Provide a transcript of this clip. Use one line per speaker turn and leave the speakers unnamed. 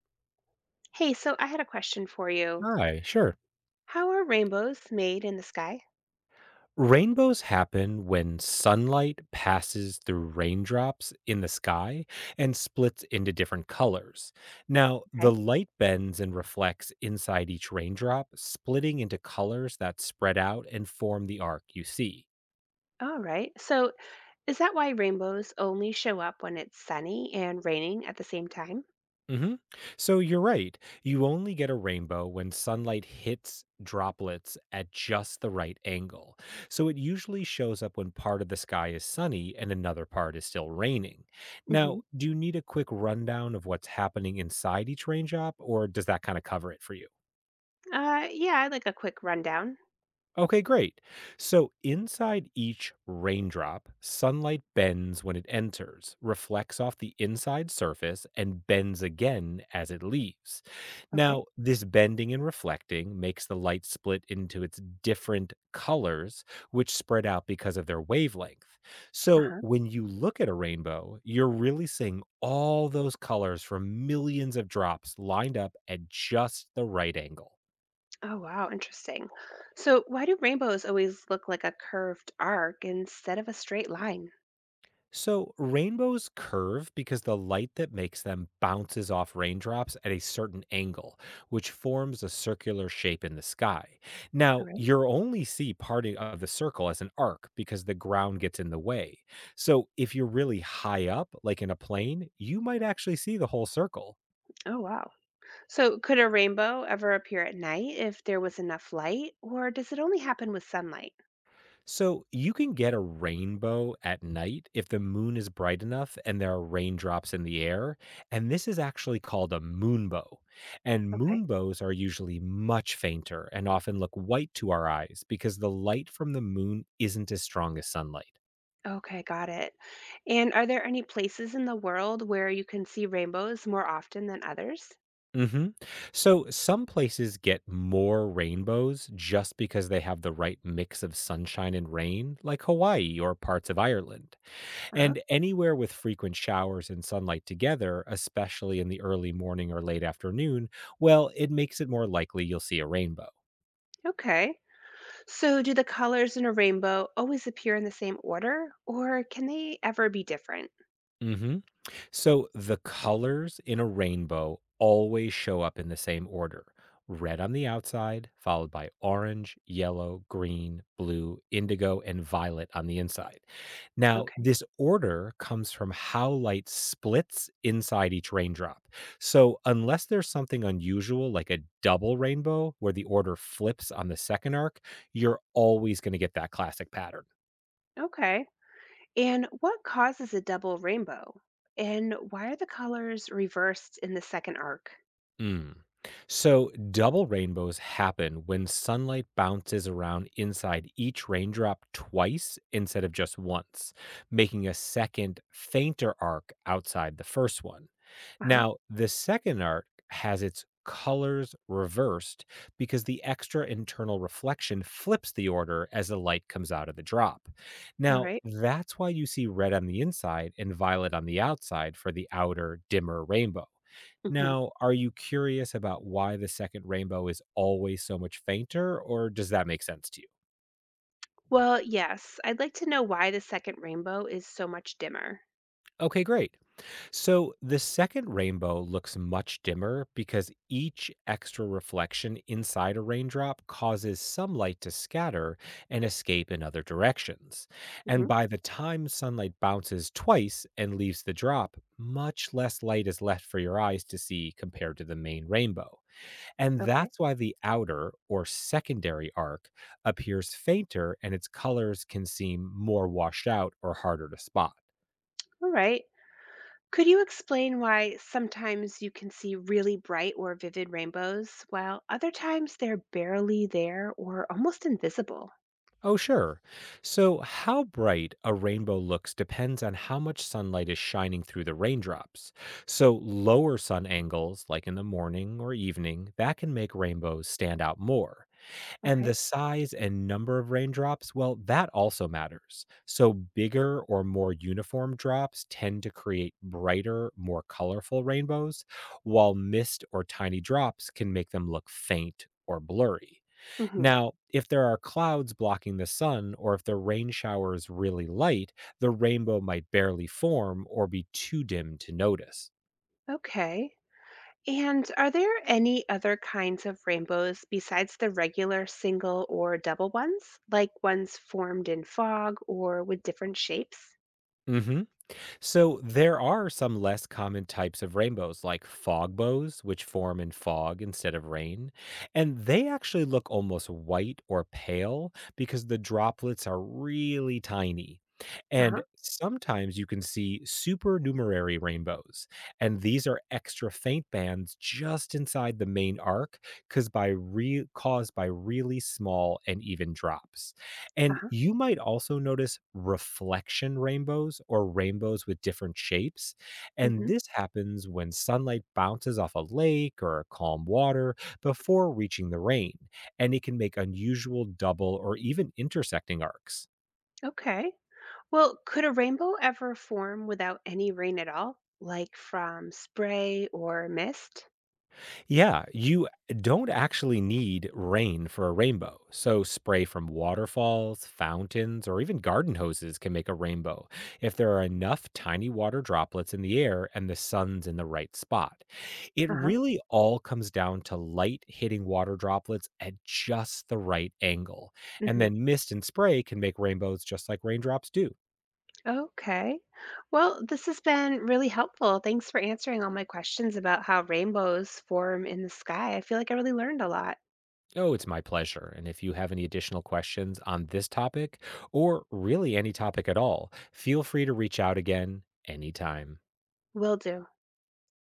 Hey, so I had a question for you.
Hi, sure.
How are rainbows made in the sky?
Rainbows happen when sunlight passes through raindrops in the sky and splits into different colors. Now,
Okay.
the light bends and reflects inside each raindrop, splitting into colors that spread out and form the arc you see.
All right. So, is that why rainbows only show up when it's sunny and raining at the same time?
hmm So you're right. You only get a rainbow when sunlight hits droplets at just the right angle. So it usually shows up when part of the sky is sunny and another part is still raining.
hmm
Now, do you need a quick rundown of what's happening inside each raindrop, or does that kind of cover it for you?
Yeah, I'd like a quick rundown.
Okay, great. So inside each raindrop, sunlight bends when it enters, reflects off the inside surface, and bends again as it leaves.
Okay.
Now, this bending and reflecting makes the light split into its different colors, which spread out because of their wavelength.
Uh
So
huh.
when you look at a rainbow, you're really seeing all those colors from millions of drops lined up at just the right angle.
Oh, wow, interesting. So, why do rainbows always look like a curved arc instead of a straight line?
So, rainbows curve because the light that makes them bounces off raindrops at a certain angle, which forms a circular shape in the sky.
All
Now,
right.
you'll only see part of the circle as an arc because the ground gets in the way. So, if you're really high up, like in a plane, you might actually see the whole circle.
Oh, wow. So, could a rainbow ever appear at night if there was enough light, or does it only happen with sunlight?
So you can get a rainbow at night if the moon is bright enough and there are raindrops in the air. And this is actually called a moonbow. And
Okay.
moonbows are usually much fainter and often look white to our eyes because the light from the moon isn't as strong as sunlight.
Okay, got it. And are there any places in the world where you can see rainbows more often than others?
hmm So some places get more rainbows just because they have the right mix of sunshine and rain, like Hawaii or parts of Ireland.
Uh-huh.
And anywhere with frequent showers and sunlight together, especially in the early morning or late afternoon, well, it makes it more likely you'll see a rainbow.
Okay. So do the colors in a rainbow always appear in the same order, or can they ever be different?
hmm So the colors in a rainbow always show up in the same order: red on the outside, followed by orange, yellow, green, blue, indigo, and violet on the inside. Now,
Okay.
this order comes from how light splits inside each raindrop. So, unless there's something unusual like a double rainbow where the order flips on the second arc, you're always going to get that classic pattern.
Okay. And what causes a double rainbow? And why are the colors reversed in the second arc?
Mm. So, double rainbows happen when sunlight bounces around inside each raindrop twice instead of just once, making a second, fainter arc outside the first one.
Uh-huh.
Now, the second arc has its colors reversed because the extra internal reflection flips the order as the light comes out of the drop.
All
Now,
right.
that's why you see red on the inside and violet on the outside for the outer, dimmer rainbow.
Mm-hmm.
Now, are you curious about why the second rainbow is always so much fainter, or does that make sense to you?
Well, yes, I'd like to know why the second rainbow is so much dimmer.
Okay, great. So the second rainbow looks much dimmer because each extra reflection inside a raindrop causes some light to scatter and escape in other directions.
Mm-hmm.
And by the time sunlight bounces twice and leaves the drop, much less light is left for your eyes to see compared to the main rainbow. And
Okay.
that's why the outer or secondary arc appears fainter and its colors can seem more washed out or harder to spot.
All right. Could you explain why sometimes you can see really bright or vivid rainbows while other times they're barely there or almost invisible?
Oh, sure. So, how bright a rainbow looks depends on how much sunlight is shining through the raindrops. So, lower sun angles, like in the morning or evening, that can make rainbows stand out more. And
Okay.
the size and number of raindrops, well, that also matters. So, bigger or more uniform drops tend to create brighter, more colorful rainbows, while mist or tiny drops can make them look faint or blurry.
Hmm.
Now, if there are clouds blocking the sun, or if the rain shower is really light, the rainbow might barely form or be too dim to notice.
Okay. And are there any other kinds of rainbows besides the regular single or double ones, like ones formed in fog or with different shapes?
Mm hmm. So there are some less common types of rainbows, like fog bows, which form in fog instead of rain. And they actually look almost white or pale because the droplets are really tiny.
Uh
And
huh.
sometimes you can see supernumerary rainbows. And these are extra faint bands just inside the main arc caused by really small and even drops.
Uh
And
huh.
you might also notice reflection rainbows or rainbows with different shapes. And
Hmm.
this happens when sunlight bounces off a lake or calm water before reaching the rain, and it can make unusual double or even intersecting arcs.
Okay. Well, could a rainbow ever form without any rain at all, like from spray or mist?
Yeah, you don't actually need rain for a rainbow. So, spray from waterfalls, fountains, or even garden hoses can make a rainbow if there are enough tiny water droplets in the air and the sun's in the right spot. It
Uh huh.
really all comes down to light hitting water droplets at just the right angle. And
Mhm.
then mist and spray can make rainbows just like raindrops do.
Okay. Well, this has been really helpful. Thanks for answering all my questions about how rainbows form in the sky. I feel like I really learned a lot.
Oh, it's my pleasure. And if you have any additional questions on this topic or really any topic at all, feel free to reach out again anytime.
Will do.